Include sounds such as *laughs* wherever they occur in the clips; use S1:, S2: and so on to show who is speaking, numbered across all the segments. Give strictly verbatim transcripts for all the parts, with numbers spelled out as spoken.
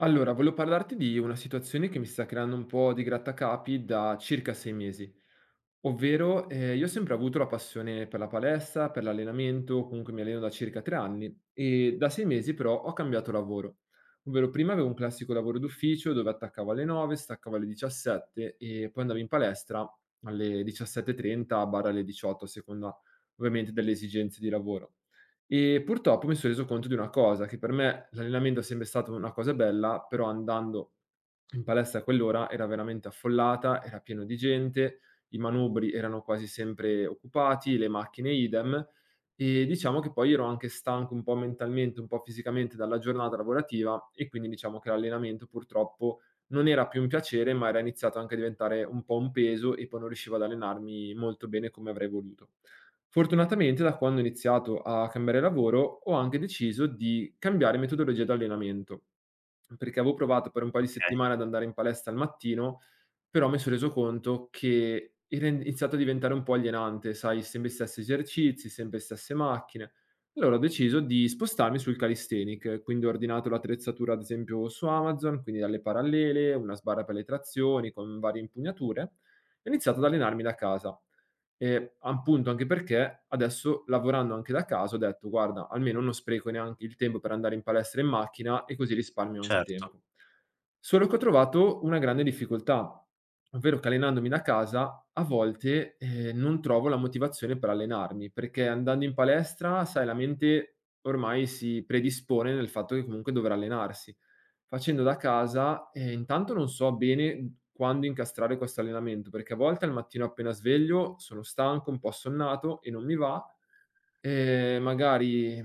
S1: Allora, volevo parlarti di una situazione che mi sta creando un po' di grattacapi da circa sei mesi. Ovvero, ehm, io ho sempre avuto la passione per la palestra, per l'allenamento, comunque mi alleno da circa tre anni e da sei mesi però ho cambiato lavoro. Ovvero prima avevo un classico lavoro d'ufficio dove attaccavo alle nove, staccavo alle diciassette e poi andavo in palestra alle diciassette e trenta/alle diciotto a seconda ovviamente delle esigenze di lavoro. E purtroppo mi son reso conto di una cosa, che per me l'allenamento è sempre stato una cosa bella, però andando in palestra a quell'ora era veramente affollata, era pieno di gente, i manubri erano quasi sempre occupati, le macchine idem, e diciamo che poi ero anche stanco un po' mentalmente, un po' fisicamente dalla giornata lavorativa e quindi diciamo che l'allenamento purtroppo non era più un piacere, ma era iniziato anche a diventare un po' un peso e poi non riuscivo ad allenarmi molto bene come avrei voluto. Fortunatamente da quando ho iniziato a cambiare lavoro ho anche deciso di cambiare metodologia di allenamento. Perché avevo provato per un paio di
S2: Okay,
S1: settimane ad andare in palestra al mattino, però mi son reso conto che era iniziato a diventare un po' alienante, sai, sempre gli stessi esercizi, sempre le stesse macchine. Allora ho deciso di spostarmi sul calisthenic, quindi ho ordinato l'attrezzatura ad esempio su Amazon, quindi dalle parallele, una sbarra per le trazioni con varie impugnature, e ho iniziato ad allenarmi da casa. Ehm, appunto anche perché adesso lavorando anche da casa ho detto: "Guarda, almeno non spreco neanche il tempo per andare in palestra e in macchina e così risparmio anche
S2: certo.
S1: tempo". Solo che ho trovato una grande difficoltà, ovvero che allenandomi da casa a volte, ehm, non trovo la motivazione per allenarmi, perché andando in palestra, sai, la mente ormai si predispone nel fatto che comunque dovrà allenarsi. Facendo da casa, ehm, intanto non so bene quando incastrare questo allenamento, perché a volte al mattino appena sveglio sono stanco, un po' assonnato e non mi va. Ehm, magari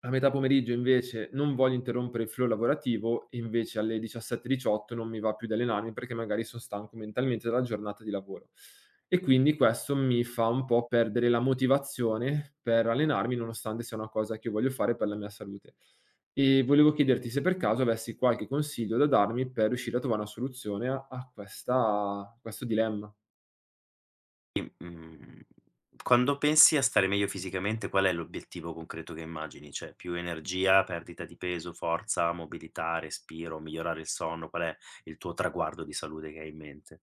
S1: a metà pomeriggio invece non voglio interrompere il flow lavorativo e invece alle diciassette e diciotto non mi va più di allenarmi perché magari son stanco mentalmente dalla giornata di lavoro. E quindi questo mi fa un po' perdere la motivazione per allenarmi nonostante sia una cosa che io voglio fare per la mia salute. E volevo chiederti se per caso avessi qualche consiglio da darmi per riuscire a trovare una soluzione a a questa a questo dilemma.
S2: I mhmm, quando pensi a stare meglio fisicamente, qual è l'obiettivo concreto che immagini? Cioè, più energia, perdita di peso, forza, mobilità, respiro, migliorare il sonno? Qual è il tuo traguardo di salute che hai in mente?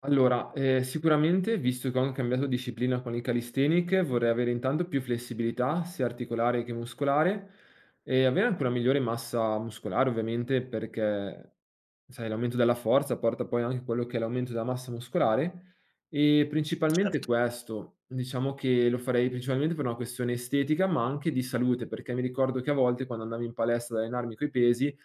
S1: Allora, ehm, sicuramente, visto che ho anche cambiato disciplina con il calisthenic, vorrei avere intanto più flessibilità, sia articolare che muscolare, e avere anche una migliore massa muscolare ovviamente, perché sai, l'aumento della forza porta poi anche quello che è l'aumento della massa muscolare e principalmente
S2: Certo.
S1: questo, diciamo che lo farei principalmente per una questione estetica, ma anche di salute, perché mi ricordo che a volte quando andavo in palestra ad allenarmi coi pesi,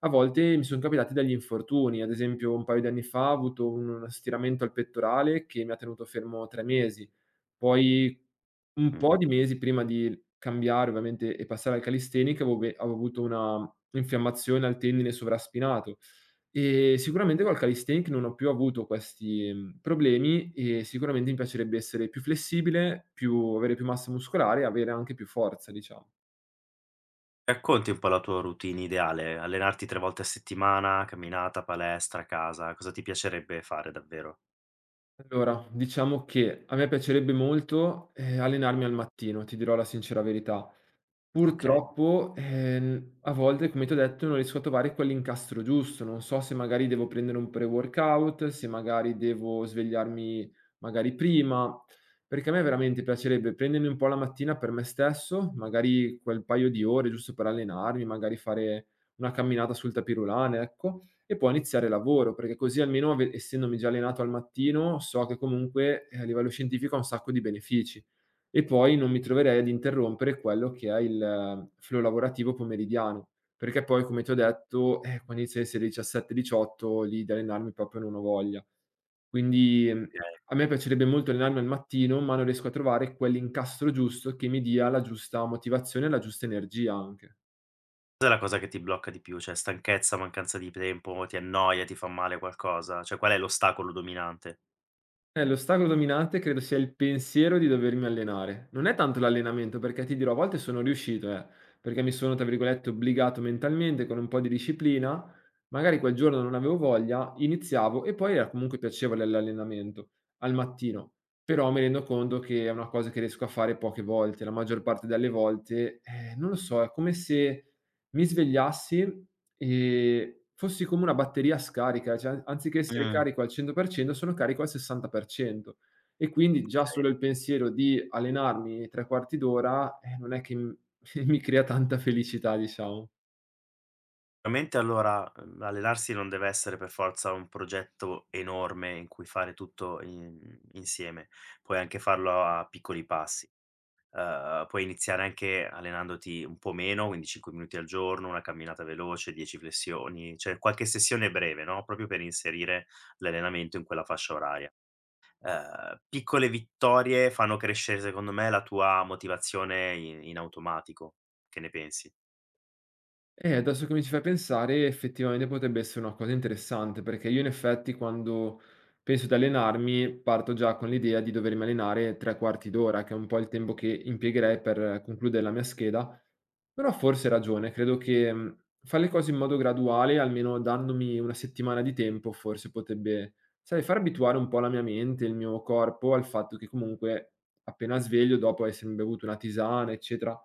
S1: a volte mi sono capitati degli infortuni. Ad esempio, un paio di anni fa ho avuto un uno stiramento al pettorale che mi ha tenuto fermo tre mesi. Poi un po'
S2: Mh-mh.
S1: di mesi prima di cambiare ovviamente e passare al calisthenics avevo ve avevo avuto una infiammazione al tendine sovraspinato. Ehm, sicuramente col calisthenic non ho più avuto questi, mhmm, problemi e sicuramente mi piacerebbe essere più flessibile, più avere più massa muscolare e avere anche più forza, diciamo.
S2: Racconti un po' la tua routine ideale: allenarti tre volte a settimana, camminata, palestra, casa. Cosa ti piacerebbe fare davvero?
S1: Allora, diciamo che a me piacerebbe molto, ehm, allenarmi al mattino, ti dirò la sincera verità.
S2: Okay,
S1: Purtroppo, ehm, a volte, come ti ho detto, non riesco a trovare quell'incastro giusto. Non so se magari devo prendere un pre-workout, se magari devo svegliarmi magari prima, perché a me veramente piacerebbe prendermi un po' la mattina per me stesso, magari quel paio di ore giusto per allenarmi, magari fare una camminata sul tapirulane, ecco, e poi iniziare il lavoro, perché così almeno, ave- essendomi già allenato al mattino, so che comunque eh, a livello scientifico ha un sacco di benefici. E poi non mi troverei ad interrompere quello che è il eh, flow lavorativo pomeridiano, perché poi come ti ho detto, eh, quando inizia ad essere diciassette, diciotto lì di allenarmi proprio non ho voglia. Quindi, mhmm, a
S2: okay.
S1: me piacerebbe molto allenarmi al mattino, ma non riesco a trovare quell'incastro giusto che mi dia la giusta motivazione e la giusta energia anche.
S2: Cos'è la cosa che ti blocca di più? Cioè, stanchezza, mancanza di tempo, ti annoia, ti fa male qualcosa? Cioè, qual è l'ostacolo dominante?
S1: Eh, l'ostacolo dominante credo sia il pensiero di dovermi allenare. Non è tanto l'allenamento, perché ti dirò, a volte sono riuscito, eh, perché mi sono, tra virgolette, obbligato mentalmente con un po' di disciplina. Magari quel giorno non avevo voglia, iniziavo e poi era comunque piacevole l'allenamento al mattino. Però mi rendo conto che è una cosa che riesco a fare poche volte, la maggior parte delle volte, eh, non lo so, è come se mi svegliassi, Ehm, fossi come una batteria scarica, cioè an anziché essere
S2: Mh,
S1: carico al cento per cento sono carico al sessanta per cento e quindi già solo
S2: okay.
S1: il pensiero di allenarmi tre quarti d'ora, eh, non è che m *laughs* mi crea tanta felicità, diciamo.
S2: Veramente allora, uhm, allenarsi non deve essere per forza un progetto enorme in cui fare tutto in insieme, puoi anche farlo a piccoli passi. Uhm, puoi iniziare anche allenandoti un po' meno, quindi cinque minuti al giorno, una camminata veloce, dieci flessioni, cioè qualche sessione breve, no, proprio per inserire l'allenamento in quella fascia oraria. Uhm, piccole vittorie fanno crescere secondo me la tua motivazione in in automatico. Che ne pensi?
S1: Eh, adesso che mi ci fai pensare effettivamente potrebbe essere una cosa interessante, perché io in effetti quando penso ad allenarmi parto già con l'idea di dovermi allenare tre quarti d'ora, che è un po' il tempo che impiegherei per concludere la mia scheda. Però forse hai ragione, credo che, mhmm, far le cose in modo graduale, almeno dandomi una settimana di tempo, forse potebbe, sai, far abituare un po' la mia mente, il mio corpo al fatto che comunque appena sveglio, dopo essermi bevuto una tisana, eccetera,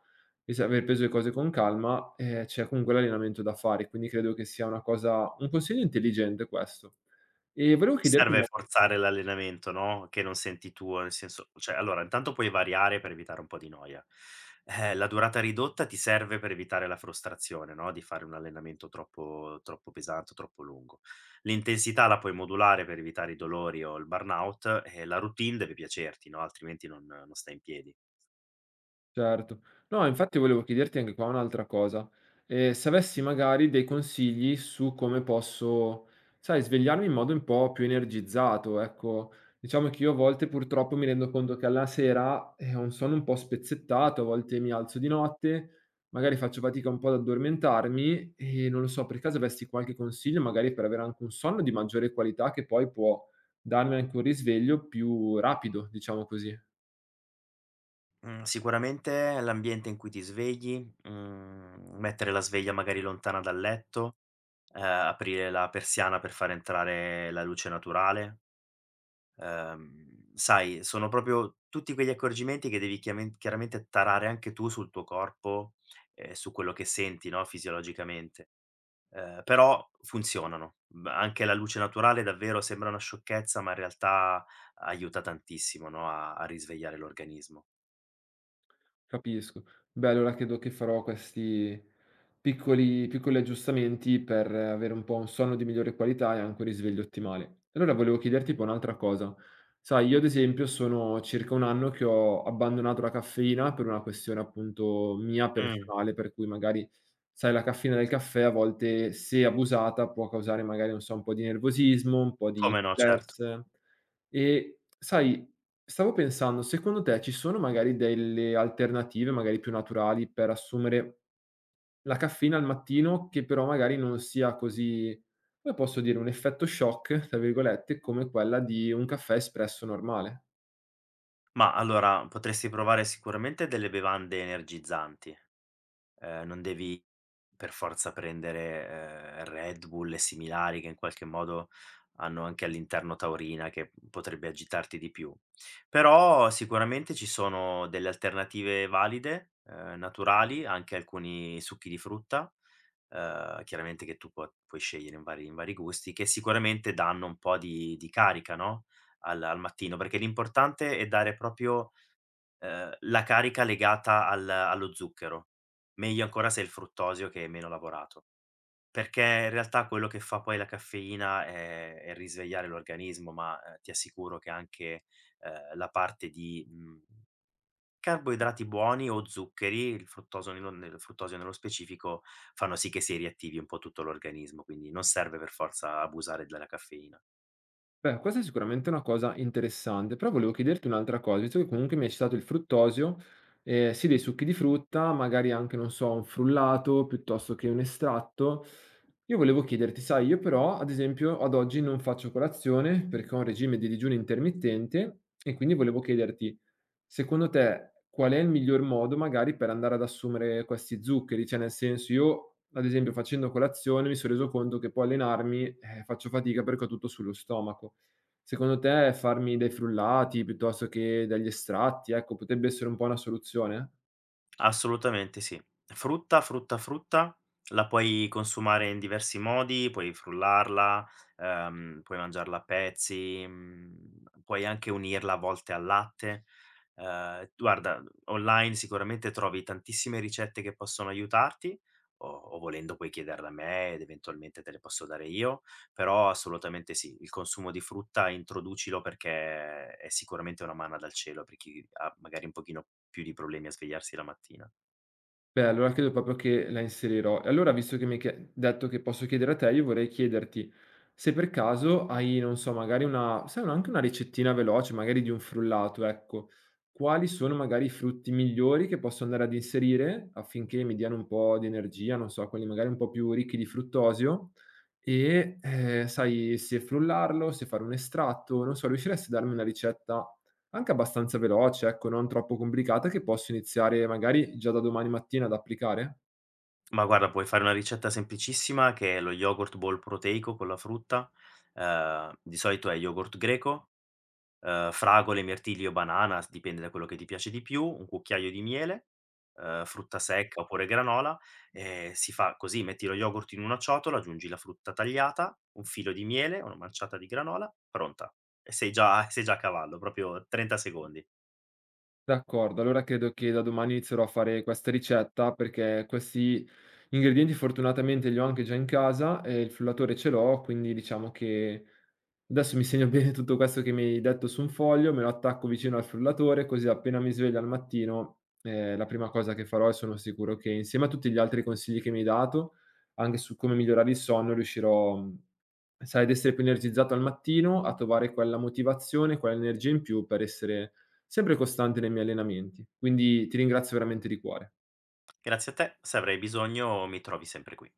S1: e s aver preso le cose con calma, ehm, c'è comunque l'allenamento da fare, quindi credo che sia una cosa un consiglio intelligente questo. E volevo chiederti
S2: Serve
S1: una.
S2: forzare l'allenamento, no, che non senti tuo, nel senso cioè allora intanto puoi variare per evitare un po' di noia. Eh, la durata ridotta ti serve per evitare la frustrazione, no, di fare un allenamento troppo troppo pesante o troppo lungo. L'intensità la puoi modulare per evitare i dolori o il burnout e la routine deve piacerti, no, altrimenti non non stai in piedi.
S1: Certo. No, infatti volevo chiederti anche qua un'altra cosa. Ehm, se avessi magari dei consigli su come posso, sai, svegliarmi in modo un po' più energizzato, ecco. Diciamo che io a volte purtroppo mi rendo conto che alla sera, eh, ho un sonno un po' spezzettato, a volte mi alzo di notte, magari faccio fatica un po' ad addormentarmi e non lo so, per caso avessi qualche consiglio magari per avere anche un sonno di maggiore qualità che poi può darmi anche un risveglio più rapido, diciamo così.
S2: Mhmm, sicuramente l'ambiente in cui ti svegli, mhmm, mettere la sveglia magari lontana dal letto, ehm, aprire la persiana per far entrare la luce naturale. Ehm, sai, sono proprio tutti quegli accorgimenti che devi chiamen chiaramente tarare anche tu sul tuo corpo e su quello che senti, no, fisiologicamente. Ehm, però funzionano. B anche la luce naturale davvero sembra una sciocchezza, ma in realtà aiuta tantissimo, no, a a risvegliare l'organismo.
S1: Capisco. Beh, allora credo che farò questi piccoli piccoli aggiustamenti per avere un po' un sonno di migliore qualità e anche un risveglio ottimale. Allora volevo chiederti poi un'altra cosa. Sai, io ad esempio sono circa un anno che ho abbandonato la caffeina per una questione appunto mia
S2: Mh,
S1: personale, per cui magari, sai, la caffeina del caffè a volte, se abusata, può causare magari, non so, un po' di nervosismo, un po' di
S2: come no, certo.
S1: stress. E sai. Stavo pensando, secondo te ci sono magari delle alternative, magari più naturali, per assumere la caffeina al mattino che però magari non sia così come posso dire, "un effetto shock" tra virgolette, come quella di un caffè espresso normale?
S2: Ma allora potresti provare sicuramente delle bevande energizzanti. Ehm, non devi per forza prendere, ehm, Red Bull e similari che in qualche modo hanno anche all'interno taurina che potrebbe agitarti di più. Però sicuramente ci sono delle alternative valide, ehm, naturali, anche alcuni succhi di frutta, ehm, chiaramente che tu puo puoi scegliere in vari in vari gusti, che sicuramente danno un po' di di carica, no, al al mattino, perché l'importante è dare proprio ehm, la carica legata al allo zucchero. Meglio ancora se è il fruttosio che è meno lavorato, perché in realtà quello che fa poi la caffeina è è risvegliare l'organismo, ma, ehm, ti assicuro che anche, ehm, la parte di, mhmm, carboidrati buoni o zuccheri, il fruttosio nello nel fruttosio nello specifico, fanno sì che si riattivi un po' tutto l'organismo, quindi non serve per forza abusare della caffeina.
S1: Beh, questa è sicuramente una cosa interessante, però volevo chiederti un'altra cosa, visto che comunque mi hai citato il fruttosio, ehm, sì dei succhi di frutta, magari anche, non so, un frullato piuttosto che un estratto. Io volevo chiederti, sai, io però ad esempio ad oggi non faccio colazione perché ho un regime di digiuno intermittente e quindi volevo chiederti, secondo te qual è il miglior modo magari per andare ad assumere questi zuccheri? Cioè nel senso io ad esempio facendo colazione mi sono reso conto che poi allenarmi eh, faccio fatica perché ho tutto sullo stomaco. Secondo te farmi dei frullati piuttosto che degli estratti, ecco, potrebbe essere un po' una soluzione?
S2: Assolutamente sì. Frutta, frutta, frutta la puoi consumare in diversi modi, puoi frullarla, ehm, puoi mangiarla a pezzi, mhmm, puoi anche unirla a volte al latte. Ehm, guarda, online sicuramente trovi tantissime ricette che possono aiutarti o o volendo puoi chiederle a me ed eventualmente te le posso dare io. Però assolutamente sì, il consumo di frutta introducilo perché è sicuramente una manna dal cielo per chi ha magari un pochino più di problemi a svegliarsi la mattina.
S1: Beh, allora credo proprio che la inserirò. E allora visto che mi hai chie detto che posso chiedere a te, io vorrei chiederti se per caso hai, non so, magari una sai un anche una ricettina veloce, magari di un frullato, ecco, quali sono magari i frutti migliori che posso andare ad inserire affinché mi diano un po' di energia, non so, quelli magari un po' più ricchi di fruttosio e, ehm, sai, se frullarlo, se fare un estratto, non so, riusciresti a darmi una ricetta anche abbastanza veloce, ecco, non troppo complicata, che posso iniziare magari già da domani mattina ad applicare?
S2: Ma guarda, puoi fare una ricetta semplicissima che è lo yogurt bowl proteico con la frutta. Ehm, di solito è yogurt greco, ehm, fragole, mirtilli o banana, s dipende da quello che ti piace di più, un cucchiaio di miele, ehm, frutta secca oppure granola, ehm, si fa così: metti lo yogurt in una ciotola, aggiungi la frutta tagliata, un filo di miele, una manciata di granola, pronta. E sei già *laughs* sei già a cavallo, proprio trenta secondi.
S1: D'accordo, allora credo che da domani inizierò a fare questa ricetta perché questi ingredienti fortunatamente li ho anche già in casa e il frullatore ce l'ho, quindi diciamo che adesso mi segno *laughs* bene tutto questo che mi hai detto su un foglio, me lo attacco vicino al frullatore, così appena mi sveglio al mattino, eh, la prima cosa che farò e sono sicuro che insieme a tutti gli altri consigli che mi hai dato, anche su come migliorare il sonno, riuscirò, mh, sai, ad essere più energizzato al mattino, a trovare quella motivazione, quell'energia in più per essere sempre costante nei miei allenamenti. Quindi ti ringrazio veramente di cuore.
S2: Grazie a te, se avrai bisogno mi trovi sempre qui.